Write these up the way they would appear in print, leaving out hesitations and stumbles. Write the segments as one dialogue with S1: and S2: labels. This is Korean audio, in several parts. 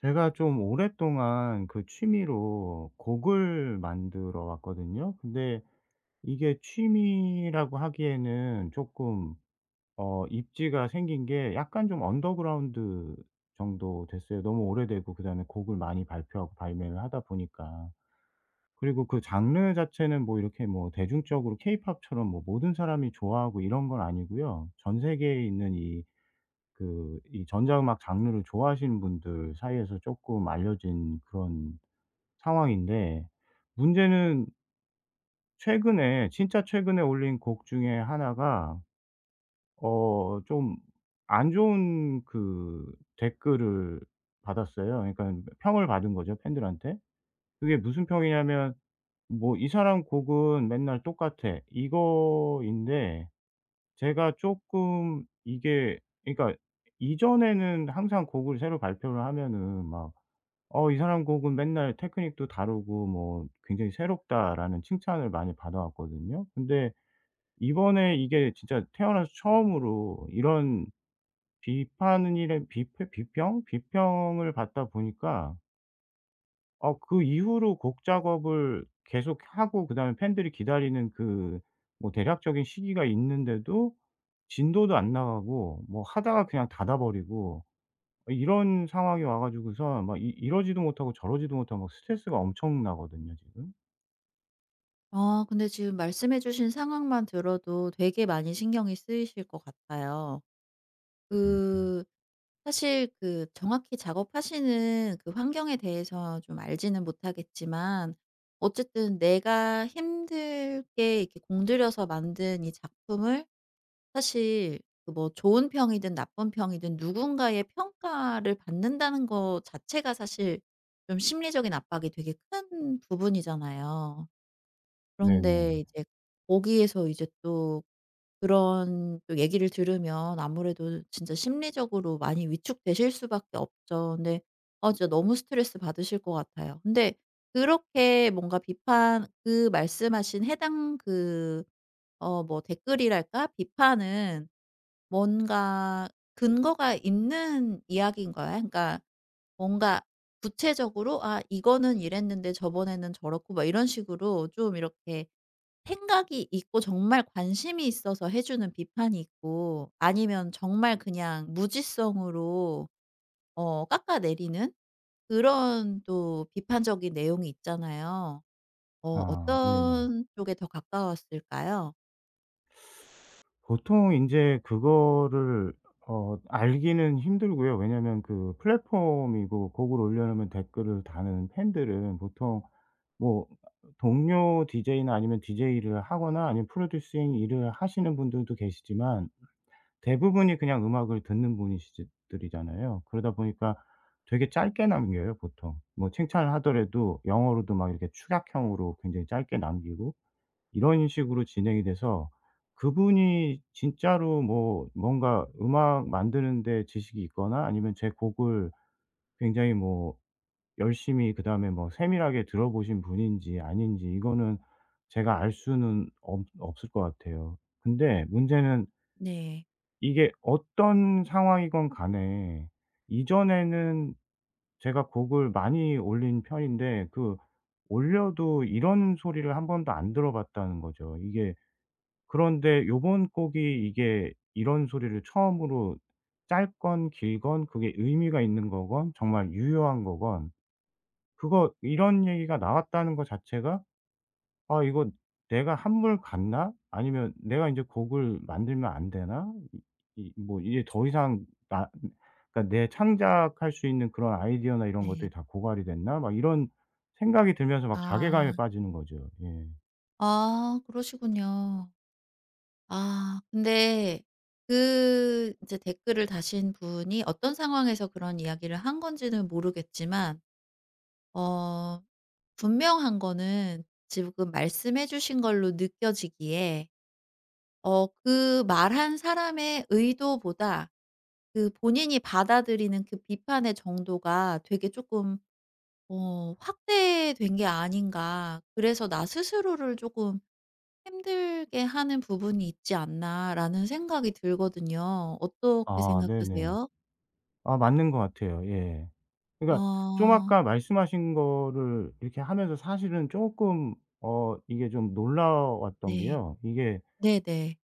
S1: 제가 좀 오랫동안 그 취미로 곡을 만들어 왔거든요. 근데 이게 취미라고 하기에는 조금 입지가 생긴 게 약간 좀 언더그라운드 정도 됐어요. 너무 오래되고, 그다음에 곡을 많이 발표하고 발매를 하다 보니까. 그리고 그 장르 자체는 뭐 이렇게 뭐 대중적으로 케이팝처럼 뭐 모든 사람이 좋아하고 이런 건 아니고요. 전 세계에 있는 이 그 이 전자음악 장르를 좋아하시는 분들 사이에서 쪼끔 알려진 그런 상황인데, 문제는 최근에, 진짜 최근에 올린 곡 중에 하나가 좀 안 좋은 그 댓글을 받았어요. 그러니까 평을 받은 거죠, 팬들한테. 그게 무슨 평이냐면, 뭐 "이 사람 곡은 맨날 똑같아." 이거인데, 제가 쪼끔 이게, 그러니까 이전에는 항상 곡을 새로 발표를 하면은 막 "어 이 사람 곡은 맨날 테크닉도 다르고 뭐 굉장히 새롭다."라는 칭찬을 많이 받아 왔거든요. 근데 이번에 이게 진짜 태어나서 처음으로 이런 비판이란, 비패 비평? 비평을 받다 보니까, 그 이후로 곡 작업을 계속하고 그다음에 팬들이 기다리는 그 뭐 대략적인 시기가 있는데도 진도도 안 나가고 뭐 하다가 그냥 닫아 버리고, 이런 상황이 와 가지고서 막 이 이러지도 못하고 저러지도 못하고 막 스트레스가 엄청나거든요 지금.
S2: 아 근데 지금 말씀해 주신 상황만 들어도 되게 많이 신경이 쓰이실 것 같아요.
S1: 음.
S2: 그 사실 그 정확히 작업하시는 그 환경에 대해서 좀 알지는 못하겠지만, 어쨌든 내가 힘들게 이렇게 공들여서 만든 이 작품을, 사실 그 뭐 좋은 평이든 나쁜 평이든 누군가의 평가를 받는다는 거 자체가 사실 좀 심리적인 압박이 되게 큰 부분이잖아요. 그런데
S1: 네네.
S2: 이제 거기에서 이제 또 그런 또 얘기를 들으면 아무래도 진짜 심리적으로 많이 위축되실 수밖에 없죠. 근데 아 진짜 너무 스트레스 받으실 것 같아요. 근데 그렇게 뭔가 비판 그 말씀하신 해당 그 뭐 댓글이랄까? 비판은 뭔가 근거가 있는 이야기인가요? 그러니까 뭔가 구체적으로 '아 이거는 이랬는데 저번에는 저렇고.' 막 이런 식으로 좀 이렇게 생각이 있고 정말 관심이 있어서 해 주는 비판이 있고, 아니면 정말 그냥 무지성으로 깎아내리는 그런 또 비판적인 내용이 있잖아요.
S1: 아 네네.
S2: 어떤 쪽에 더 가까웠을까요?
S1: 보통 인제 그거를 알기는 힘들고요. 왜냐면 그 플랫폼이고, 곡을 올려 놓으면 댓글을 다는 팬들은 보통 뭐 동료 DJ나 아니면 DJ 를 하거나 아니면 프로듀싱 일을 하시는 분들도 계시지만, 대부분이 그냥 음악을 듣는 분이시 들이잖아요. 그러다 보니까 되게 짧게 남겨요 보통. 뭐 칭찬을 하더라도 영어로도 막 이렇게 축약형으로 굉장히 짧게 남기고 이런 식으로 진행이 돼서, 그분이 진짜로 뭐 뭔가 음악 만드는 데 지식이 있거나 아니면 제 곡을 굉장히 뭐 열심히 그다음에 뭐 세밀하게 들어보신 분인지 아닌지 이거는 제가 알 수는 없 없을 것 같아요. 근데 문제는
S2: 네.
S1: 이게 어떤 상황이건 간에, 이전에는 제가 곡을 많이 올린 편인데 그 올려도 이런 소리를 한 번도 안 들어봤다는 거죠. 이게, 그런데 요번 곡이 이게 이런 소리를 처음으로, 짧건 길건 그게 의미가 있는 거건 정말 유효한 거건, 그거 이런 얘기가 나왔다는 거 자체가 '아 이거 내가 한물 갔나? 아니면 내가 인제 곡을 만들면 안 되나?' 이 뭐 이게 더 이상 나 그러니까 '내 창작할 수 있는 그런 아이디어나 이런 것들이
S2: 네.
S1: 다 고갈이 됐나?' 막 이런 생각이 들면서 막
S2: 아.
S1: 자괴감에 빠지는 거죠. 예.
S2: 아 그러시군요. 아 근데 그 인제 댓글을 다신 분이 어떤 상황에서 그런 이야기를 한 건지는 모르겠지만, 어 분명한 거는 지금 말씀해 주신 걸로 느껴지기에, 그 말한 사람의 의도보다 그 본인이 받아들이는 그 비판의 정도가 되게 조금 확대된 게 아닌가. 그래서 '나 스스로를 조금 힘들게 하는 부분이 있지 않나.'라는 생각이 들거든요. 어떻게
S1: 아 네네.
S2: 생각하세요?
S1: 아 맞는 것 같아요. 예. 그러니까 좀
S2: 어
S1: 아까 말씀하신 거를 이렇게 하면서 사실은 쪼끔 이게 좀 놀라웠던
S2: 네.
S1: 게요. 이게
S2: 네네.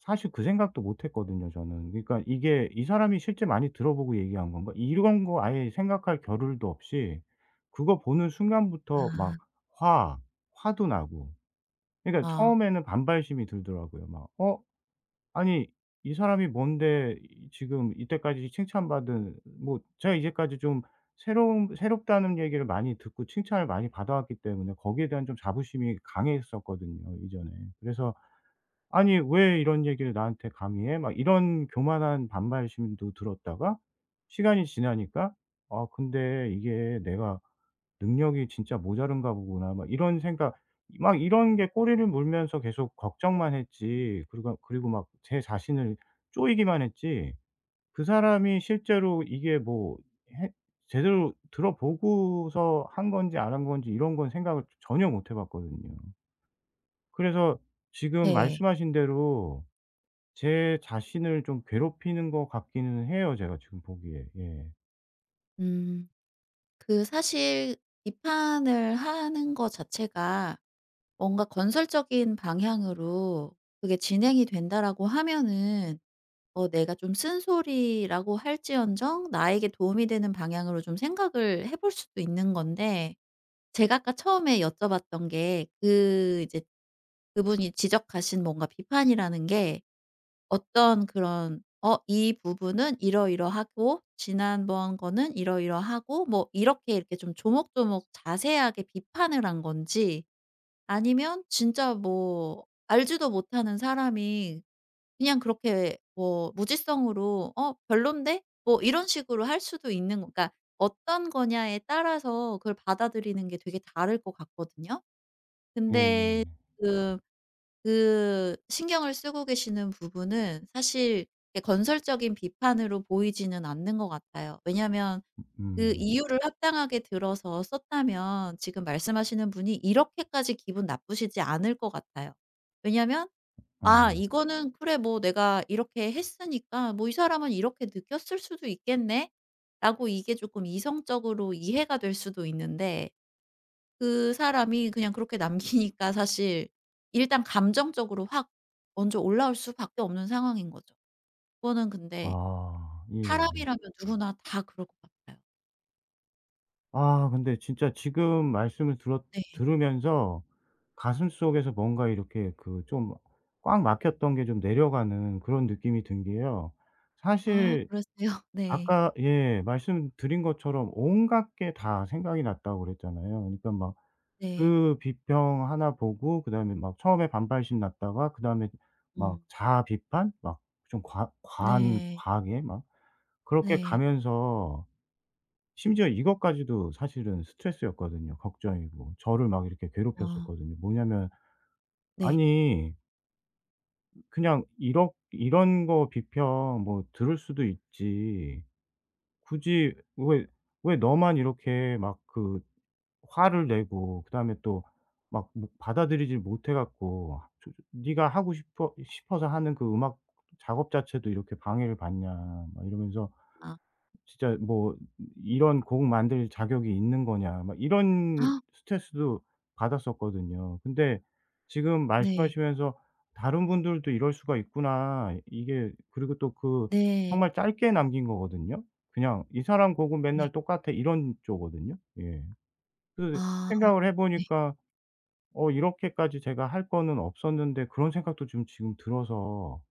S1: 사실 그 생각도 못 했거든요 저는. 그러니까 이게 '이 사람이 실제 많이 들어보고 얘기한 건가?' 이런 거 아예 생각할 겨를도 없이 그거 보는 순간부터 막
S2: 아.
S1: 화, 화도 나고, 그러니까
S2: 아.
S1: 처음에는 반발심이 들더라고요. 막 '어 아니 이 사람이 뭔데 이 지금 이때까지 칭찬받은.' 뭐 제가 이제까지 좀 새로운 새롭다는 얘기를 많이 듣고 칭찬을 많이 받아왔기 때문에 거기에 대한 좀 자부심이 강했었거든요 이전에. 그래서 "아니 왜 이런 얘기를 나한테 감히 해?" 막 이런 교만한 반발심도 들었다가, 시간이 지나니까 '아 근데 이게 내가 능력이 진짜 모자른가 보구나.' 막 이런 생각, 막 이런 게 꼬리를 물면서 계속 걱정만 했지, 그리고 막 제 자신을 쪼이기만 했지, 그 사람이 실제로 이게 뭐 해 제대로 들어보고서 한 건지 안 한 건지 이런 건 생각을 전혀 못해 봤거든요. 그래서 지금
S2: 네.
S1: 말씀하신 대로 제 자신을 좀 괴롭히는 것 같기는 해요, 제가 지금 보기에. 예.
S2: 음. 그 사실 비판을 하는 것 자체가 뭔가 건설적인 방향으로 그게 진행이 된다라고 하면은, 내가 좀 쓴소리라고 할지언정 나에게 도움이 되는 방향으로 좀 생각을 해볼 수도 있는 건데, 제가 아까 처음에 여쭤봤던 게 그 이제 그분이 지적하신 뭔가 비판이라는 게 어떤 그런 이 부분은 이러이러하고 지난번 거는 이러이러하고 뭐 이렇게 이렇게 좀 조목조목 자세하게 비판을 한 건지, 아니면 진짜 뭐 알지도 못하는 사람이 그냥 그렇게 뭐 무지성으로 '어 별론데?' 뭐 이런 식으로 할 수도 있는 거. 그러니까 어떤 거냐에 따라서 그걸 받아들이는 게 되게 다를 것 같거든요.
S1: 예예.
S2: 근데 지금 그 신경을 쓰고 계시는 부분은 사실 이렇게 건설적인 비판으로 보이지는 않는 것 같아요. 왜냐하면 그
S1: 음.
S2: 이유를 합당하게 들어서 썼다면 지금 말씀하시는 분이 이렇게까지 기분 나쁘시지 않을 것 같아요. 왜냐하면 '아
S1: 어.
S2: 이거는 그래 뭐 내가 이렇게 했으니까 뭐 이 사람은 이렇게 느꼈을 수도 있겠네.'라고 이게 조금 이성적으로 이해가 될 수도 있는데, 그 사람이 그냥 그렇게 남기니까 사실 일단 감정적으로 확 먼저 올라올 수밖에 없는 상황인 거죠. 그거는 근데
S1: 아. 예예.
S2: 사람이라면 누구나 다 그럴 것 같아요.
S1: 아 근데 진짜 지금 말씀을 들었
S2: 네.
S1: 들으면서 가슴속에서 뭔가 이렇게 그 좀 꽉 막혔던 게 좀 내려가는 그런 느낌이 든 게요.
S2: 아
S1: 사실
S2: 그러세요? 네.
S1: 아까 예 말씀드린 것처럼 온갖 게 다 생각이 났다고 그랬잖아요. 그러니까 막
S2: 네.
S1: 그 비평 하나 보고 그다음에 막 처음에 반발심 났다가 그다음에 막
S2: 음.
S1: 자아 비판, 막 좀 과 과한
S2: 네.
S1: 과하게 막 그렇게
S2: 네.
S1: 가면서 심지어 이것까지도 사실은 스트레스였거든요. 걱정이고, 저를 막 이렇게
S2: 아
S1: 괴롭혔었거든요. 뭐냐면,
S2: 네.
S1: 아니 그냥 이렇 이런 거 비평 뭐 들을 수도 있지 굳이 왜, 너만 이렇게 막 그 화를 내고 그다음에 또 막 뭐 받아들이질 못해 갖고 조 네가 하고 싶어서 하는 그 음악 작업 자체도 이렇게 방해를 받냐, 막 이러면서
S2: 아.
S1: 진짜 뭐 '이런 곡 만들 자격이 있는 거냐.' 막 이런
S2: 아
S1: 스트레스도 받았었거든요. 근데 지금
S2: 네.
S1: 말씀하시면서 '다른 분들도 이럴 수가 있구나.' 이게, 그리고 또 그
S2: 네.
S1: 정말 짧게 남긴 거거든요. 그냥 '이 사람 곡은
S2: 네.
S1: 맨날 똑같아.' 이런 쪽거든요. 예. 그
S2: 아
S1: 생각을 해
S2: 네.
S1: 보니까 '어 이렇게까지 제가 할 거는 없었는데.' 그런 생각도 좀 지금 들어서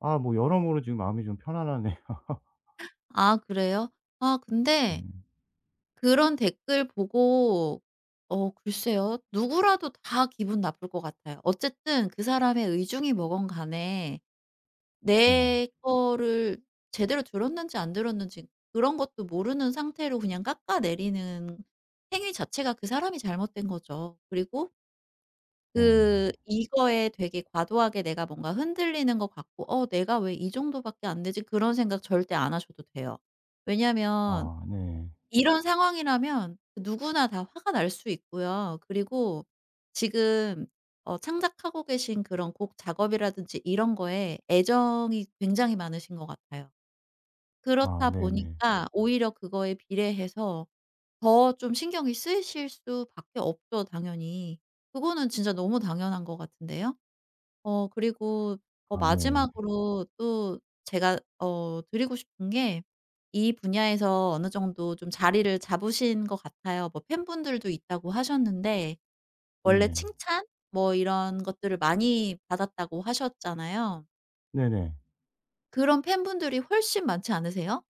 S1: 아 뭐 여러모로 지금 마음이 좀 편안하네요.
S2: 아 그래요? 아
S1: 네.
S2: 근데 그런 댓글 보고, 글쎄요. 누구라도 다 기분 나쁠 것 같아요. 어쨌든 그 사람의 의중이 뭐건 간에,
S1: 네.
S2: 내 거를 제대로 들었는지 안 들었는지 그런 것도 모르는 상태로 그냥 깎아내리는 행위 자체가 그 사람이 잘못된 거죠. 그리고
S1: 네.
S2: 그 이거에 되게 과도하게 내가 뭔가 흔들리는 것 같고 '어 내가 왜 이 정도밖에 안 되지?' 그런 생각 절대 안 하셔도 돼요. 왜냐하면
S1: 아 네.
S2: 이런 상황이라면 누구나 다 화가 날 수 있고요. 그리고 지금 창작하고 계신 그런 곡 작업이라든지 이런 거에 애정이 굉장히 많으신 것 같아요.
S1: 아
S2: 그렇다
S1: 네네.
S2: 보니까 오히려 그거에 비례해서 더 좀 신경이 쓰이실 수밖에 없죠 당연히. 그거는 진짜 너무 당연한 것 같은데요? 그리고
S1: 아 네.
S2: 마지막으로 또 제가 드리고 싶은 게, 이 분야에서 어느 정도 좀 자리를 잡으신 것 같아요. 뭐 팬분들도 있다고 하셨는데, 원래
S1: 네.
S2: 칭찬 뭐 이런 것들을 많이 받았다고 하셨잖아요.
S1: 네네.
S2: 그런 팬분들이 훨씬 많지 않으세요?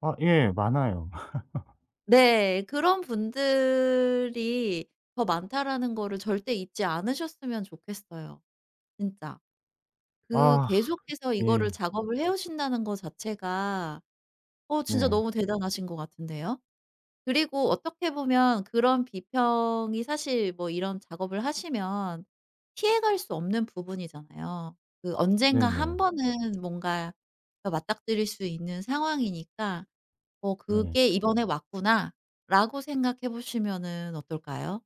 S1: 아 예. 많아요.
S2: 네. 그런 분들이 더 많다라는 거를 절대 잊지 않으셨으면 좋겠어요 진짜. 그
S1: 아
S2: 계속해서
S1: 예.
S2: 이거를 작업을 해 오신다는 거 자체가 진짜
S1: 네.
S2: 너무 대단하신 것 같은데요. 그리고 어떻게 보면 그런 비평이 사실 뭐 이런 작업을 하시면 피해갈 수 없는 부분이잖아요. 그 언젠가 한
S1: 네네.
S2: 번은 뭔가 맞닥뜨릴 수 있는 상황이니까 '어
S1: 네.
S2: 그게 이번에 왔구나.'라고 생각해 보시면은 어떨까요?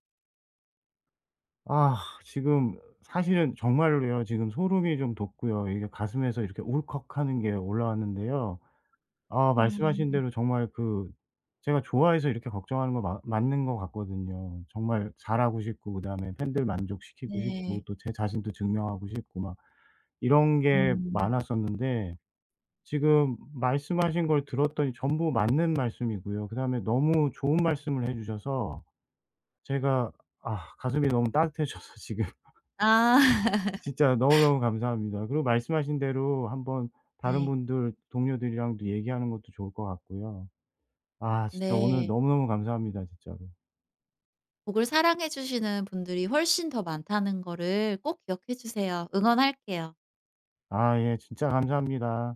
S1: 아 지금 사실은 정말로요. 지금 소름이 좀 돋고요. 이게 가슴에서 이렇게 울컥하는 게 올라왔는데요. 아 말씀하신
S2: 어
S1: 대로 정말 그 제가 좋아해서 이렇게 걱정하는 거 마 맞는 것 같거든요. 정말 잘하고 싶고, 그다음에 팬들 만족시키고 싶고,
S2: 네.
S1: 또 제 자신도 증명하고 싶고 막 이런 게
S2: 음.
S1: 많았었는데, 지금 말씀하신 걸 들었더니 전부 맞는 말씀이고요. 그다음에 너무 좋은 말씀을 해 주셔서 제가 아 가슴이 너무 따뜻해져서 지금
S2: 아.
S1: 진짜 너무너무 감사합니다. 그리고 말씀하신 대로 한번 다른
S2: 네.
S1: 분들 동료들이랑도 얘기하는 것도 좋을 것 같고요. 네. 아 진짜 오늘
S2: 네.
S1: 너무너무 감사합니다 진짜로.
S2: 곡을 사랑해 주시는 분들이 훨씬 더 많다는 거를 꼭 기억해 주세요. 응원할게요.
S1: 아 예 진짜 감사합니다.